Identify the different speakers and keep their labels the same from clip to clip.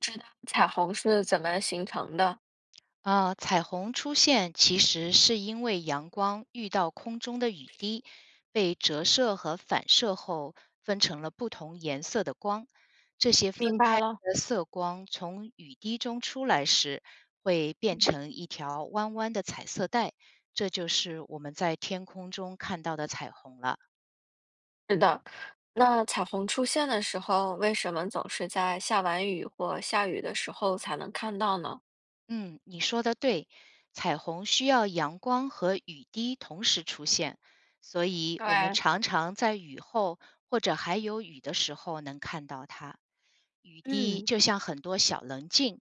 Speaker 1: 知道彩虹是怎么形成的。
Speaker 2: 啊，彩虹出现其实是因为阳光遇到空中的雨滴，被折射和反射后分成了不同颜色的光。这些分
Speaker 1: 明白
Speaker 2: 开
Speaker 1: 了。
Speaker 2: 的色光从雨滴中出来时，会变
Speaker 1: 嗯，
Speaker 2: 成一条弯弯的彩色带，这就是我们在天空中看到的彩虹了。
Speaker 1: 是的。那彩虹出现的时候，为什么总是在下完雨或下雨的时候才能看到呢？
Speaker 2: 嗯，你说的对，彩虹需要阳光和雨滴同时出现，所以我们
Speaker 1: 对。
Speaker 2: 常常在雨后或者还有雨的时候能看到它。雨滴
Speaker 1: 嗯。
Speaker 2: 就像很多小棱镜，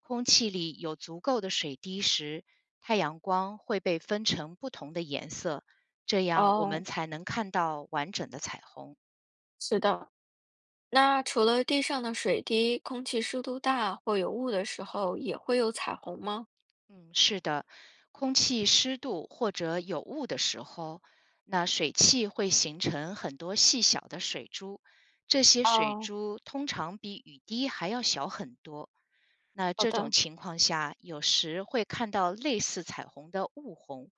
Speaker 2: 空气里有足够的水滴时，太阳光会被分成不同的颜色，这样我
Speaker 1: 哦，
Speaker 2: 们才能看到完整的彩虹。
Speaker 1: 是的。那除了地上的水滴、空气湿度大或有雾的时候，也会有彩虹吗？
Speaker 2: 嗯，是的，空气湿度或者有雾的时候，那水汽会形成很多细小的水珠，这些水
Speaker 1: 哦。
Speaker 2: 珠通常比雨滴还要小很多。那
Speaker 1: 好
Speaker 2: 这种
Speaker 1: 的。
Speaker 2: 情况下，有时会看到类似彩虹的雾虹，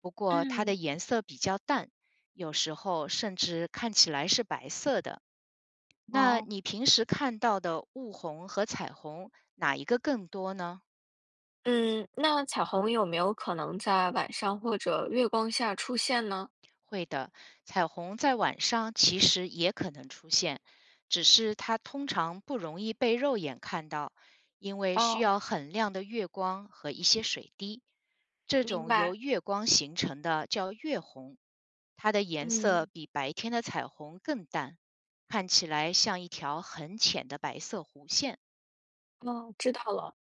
Speaker 2: 不过它的
Speaker 1: 嗯。
Speaker 2: 颜色比较淡，有时候甚至看起来是白色的。那
Speaker 1: 哦。
Speaker 2: 你平时看到的雾虹和彩虹，哪一个更多呢？
Speaker 1: 嗯，那彩虹有没有可能在晚上或者月光下出现呢？
Speaker 2: 会的，彩虹在晚上其实也可能出现，只是它通常不容易被肉眼看到，因为需
Speaker 1: 哦。
Speaker 2: 要很亮的月光和一些水滴。这
Speaker 1: 明
Speaker 2: 种由
Speaker 1: 白。
Speaker 2: 月光形成的叫月红，它的颜色
Speaker 1: 嗯。
Speaker 2: 比白天的彩虹更淡，看起来像一条很浅的白色弧线。
Speaker 1: 哦，知道了。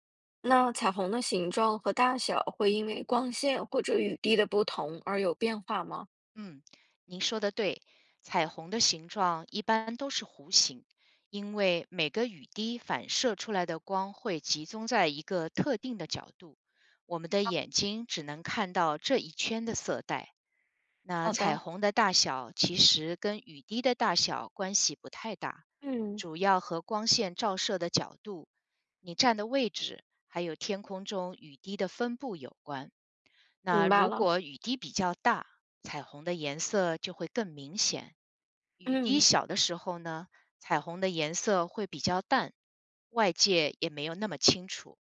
Speaker 1: 那彩虹的形状和大小会因为光线或者雨滴的不同而有变化吗？
Speaker 2: 嗯，您说的对，彩虹的形状一般都是弧形，因为每个雨滴反射出来的光会集中在一个特定的角度，我们的眼睛只能看到这一圈的色带。那
Speaker 1: 好
Speaker 2: 彩
Speaker 1: 的。
Speaker 2: 虹的大小其实跟雨滴的大小关系不太大，
Speaker 1: 嗯。
Speaker 2: 主要和光线照射的角度、你站的位置，还有天空中雨滴的分布有关。那
Speaker 1: 明白
Speaker 2: 如
Speaker 1: 了。
Speaker 2: 果雨滴比较大，彩虹的颜色就会更明显；雨滴
Speaker 1: 嗯。
Speaker 2: 小的时候呢，彩虹的颜色会比较淡，外界也没有那么清楚。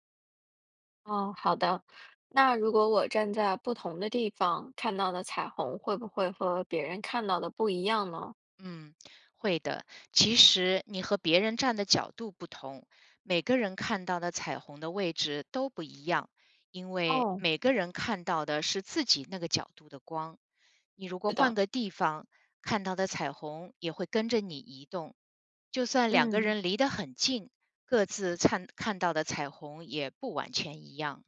Speaker 1: 哦，好的。那如果我站在不同的地方看到的彩虹，会不会和别人看到的不一样呢？
Speaker 2: 嗯，会的。其实你和别人站的角度不同，每个人看到的彩虹的位置都不一样，因为
Speaker 1: 哦。
Speaker 2: 每个人看到的是自己那个角度的光。你如果
Speaker 1: 是
Speaker 2: 换
Speaker 1: 的。
Speaker 2: 个地方，看到的彩虹也会跟着你移动。就算两个
Speaker 1: 嗯。
Speaker 2: 人离得很近，各自看到的彩虹也不完全一样。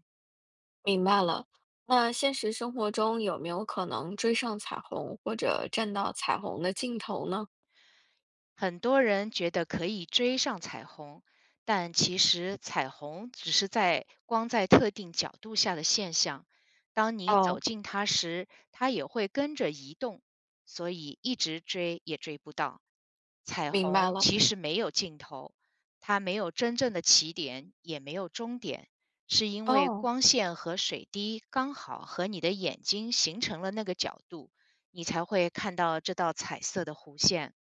Speaker 1: 明白了。那现实生活中有没有可能追上彩虹或者站到彩虹的尽头呢？
Speaker 2: 很多人觉得可以追上彩虹，但其实彩虹只是在光在特定角度下的现象。当你走
Speaker 1: 哦。
Speaker 2: 近它时，它也会跟着移动，所以一直追也追不到。彩
Speaker 1: 明白
Speaker 2: 虹
Speaker 1: 了。
Speaker 2: 其实没有尽头，它没有真正的起点，也没有终点，是因为
Speaker 1: 哦。
Speaker 2: 光线和水滴刚好和你的眼睛形成了那个角度，你才会看到这道彩色的弧线。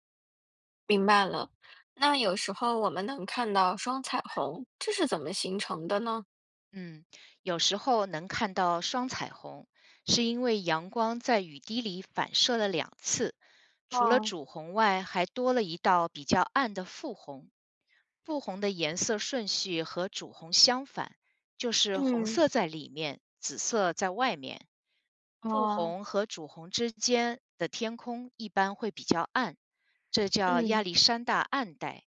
Speaker 1: 明白了。那有时候我们能看到双彩虹，这是怎么形成的呢？
Speaker 2: 嗯，有时候能看到双彩虹，是因为阳光在雨滴里反射了两次，除了
Speaker 1: 哦。
Speaker 2: 主红外，还多了一道比较暗的副红。副红的颜色顺序和主红相反，就是红
Speaker 1: 嗯。
Speaker 2: 色在里面，紫色在外面。副
Speaker 1: 哦。
Speaker 2: 红和主红之间的天空一般会比较暗，这叫亚
Speaker 1: 嗯，
Speaker 2: 历山大暗带，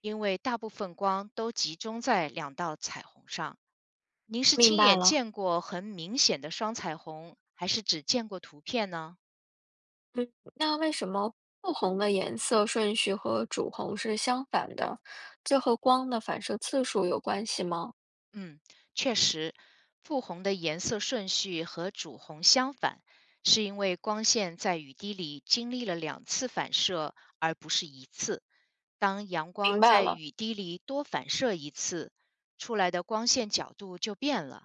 Speaker 2: 因为大部分光都集中在两道彩虹上。您是
Speaker 1: 明
Speaker 2: 亲
Speaker 1: 白
Speaker 2: 眼
Speaker 1: 了。
Speaker 2: 见过很明显的双彩虹，还是只见过图片呢？
Speaker 1: 嗯，那为什么护红的颜色顺序和主红是相反的？这和光的反射次数有关系吗？
Speaker 2: 嗯，确实，复红的颜色顺序和主红相反，是因为光线在雨滴里经历了两次反射，而不是一次。当阳
Speaker 1: 明
Speaker 2: 光
Speaker 1: 白
Speaker 2: 在
Speaker 1: 了。
Speaker 2: 雨滴里多反射一次，出来的光线角度就变了，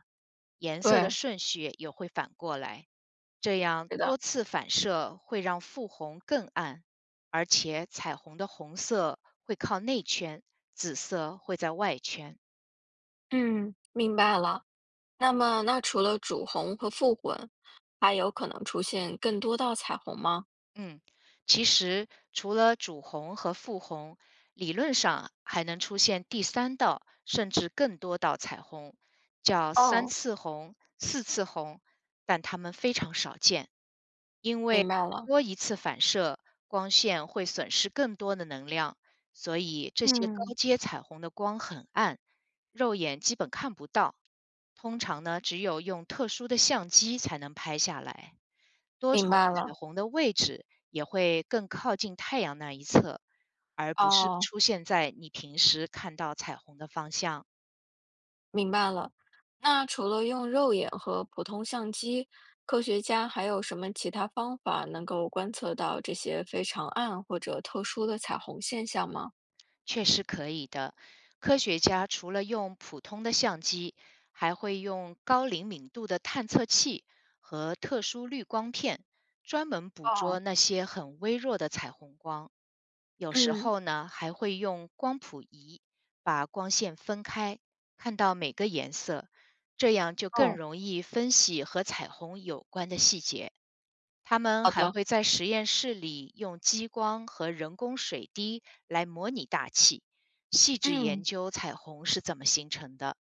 Speaker 2: 颜色的
Speaker 1: 对。
Speaker 2: 顺序也会反过来。这样
Speaker 1: 是
Speaker 2: 多
Speaker 1: 的。
Speaker 2: 次反射会让复红更暗，而且彩虹的红色会靠内圈，紫色会在外圈。
Speaker 1: 嗯，明白了。那么，那除了主红和副混，还有可能出现更多道彩虹吗？
Speaker 2: 嗯，其实除了主红和副红，理论上还能出现第三道甚至更多道彩虹，叫三
Speaker 1: 哦。
Speaker 2: 次红、四次红，但它们非常少见，因为
Speaker 1: 明白了。
Speaker 2: 多一次反射，光线会损失更多的能量，所以这些高
Speaker 1: 嗯。
Speaker 2: 阶彩虹的光很暗，肉眼基本看不到。通常呢，只有用特殊的相机才能拍下来。多重
Speaker 1: 明白
Speaker 2: 彩
Speaker 1: 了。
Speaker 2: 虹的位置也会更靠近太阳那一侧，而不是
Speaker 1: 哦，
Speaker 2: 出现在你平时看到彩虹的方向。
Speaker 1: 明白了。那除了用肉眼和普通相机，科学家还有什么其他方法能够观测到这些非常暗或者特殊的彩虹现象吗？
Speaker 2: 确实可以的。科学家除了用普通的相机，还会用高灵敏度的探测器和特殊滤光片，专门捕捉
Speaker 1: 哦。
Speaker 2: 那些很微弱的彩虹光。有时
Speaker 1: 嗯。
Speaker 2: 候呢，还会用光谱仪把光线分开，看到每个颜色，这样就更
Speaker 1: 哦。
Speaker 2: 容易分析和彩虹有关的细节。他们
Speaker 1: 好
Speaker 2: 还
Speaker 1: 的。
Speaker 2: 会在实验室里用激光和人工水滴来模拟大气，细致研
Speaker 1: 嗯，
Speaker 2: 究彩虹是怎么形成的。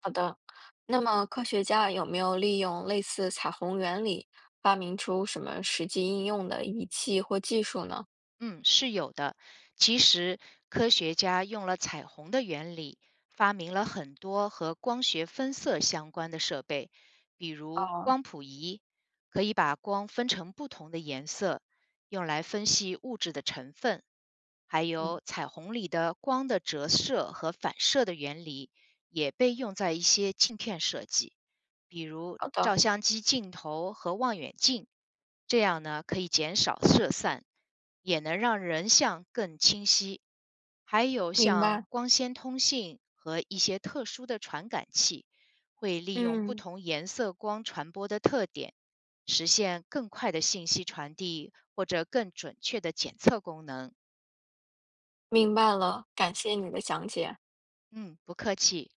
Speaker 1: 好的。那么科学家有没有利用类似彩虹原理，发明出什么实际应用的仪器或技术呢？
Speaker 2: 嗯，是有的。其实，科学家用了彩虹的原理，发明了很多和光学分色相关的设备，比如
Speaker 1: 哦。
Speaker 2: 光谱仪，可以把光分成不同的颜色，用来分析物质的成分。还
Speaker 1: 嗯。
Speaker 2: 有彩虹里的光的折射和反射的原理，也被用在一些镜片设计，比如
Speaker 1: 好的。
Speaker 2: 照相机镜头和望远镜，这样呢可以减少色散。也能让人像更清晰。还有
Speaker 1: 明
Speaker 2: 像
Speaker 1: 白。
Speaker 2: 光纤通信和一些特殊的传感器，会利用不
Speaker 1: 嗯，
Speaker 2: 同颜色光传播的特点，实现更快的信息传递或者更准确的检测功能。
Speaker 1: 明白了，感谢你的讲解。
Speaker 2: 嗯，不客气。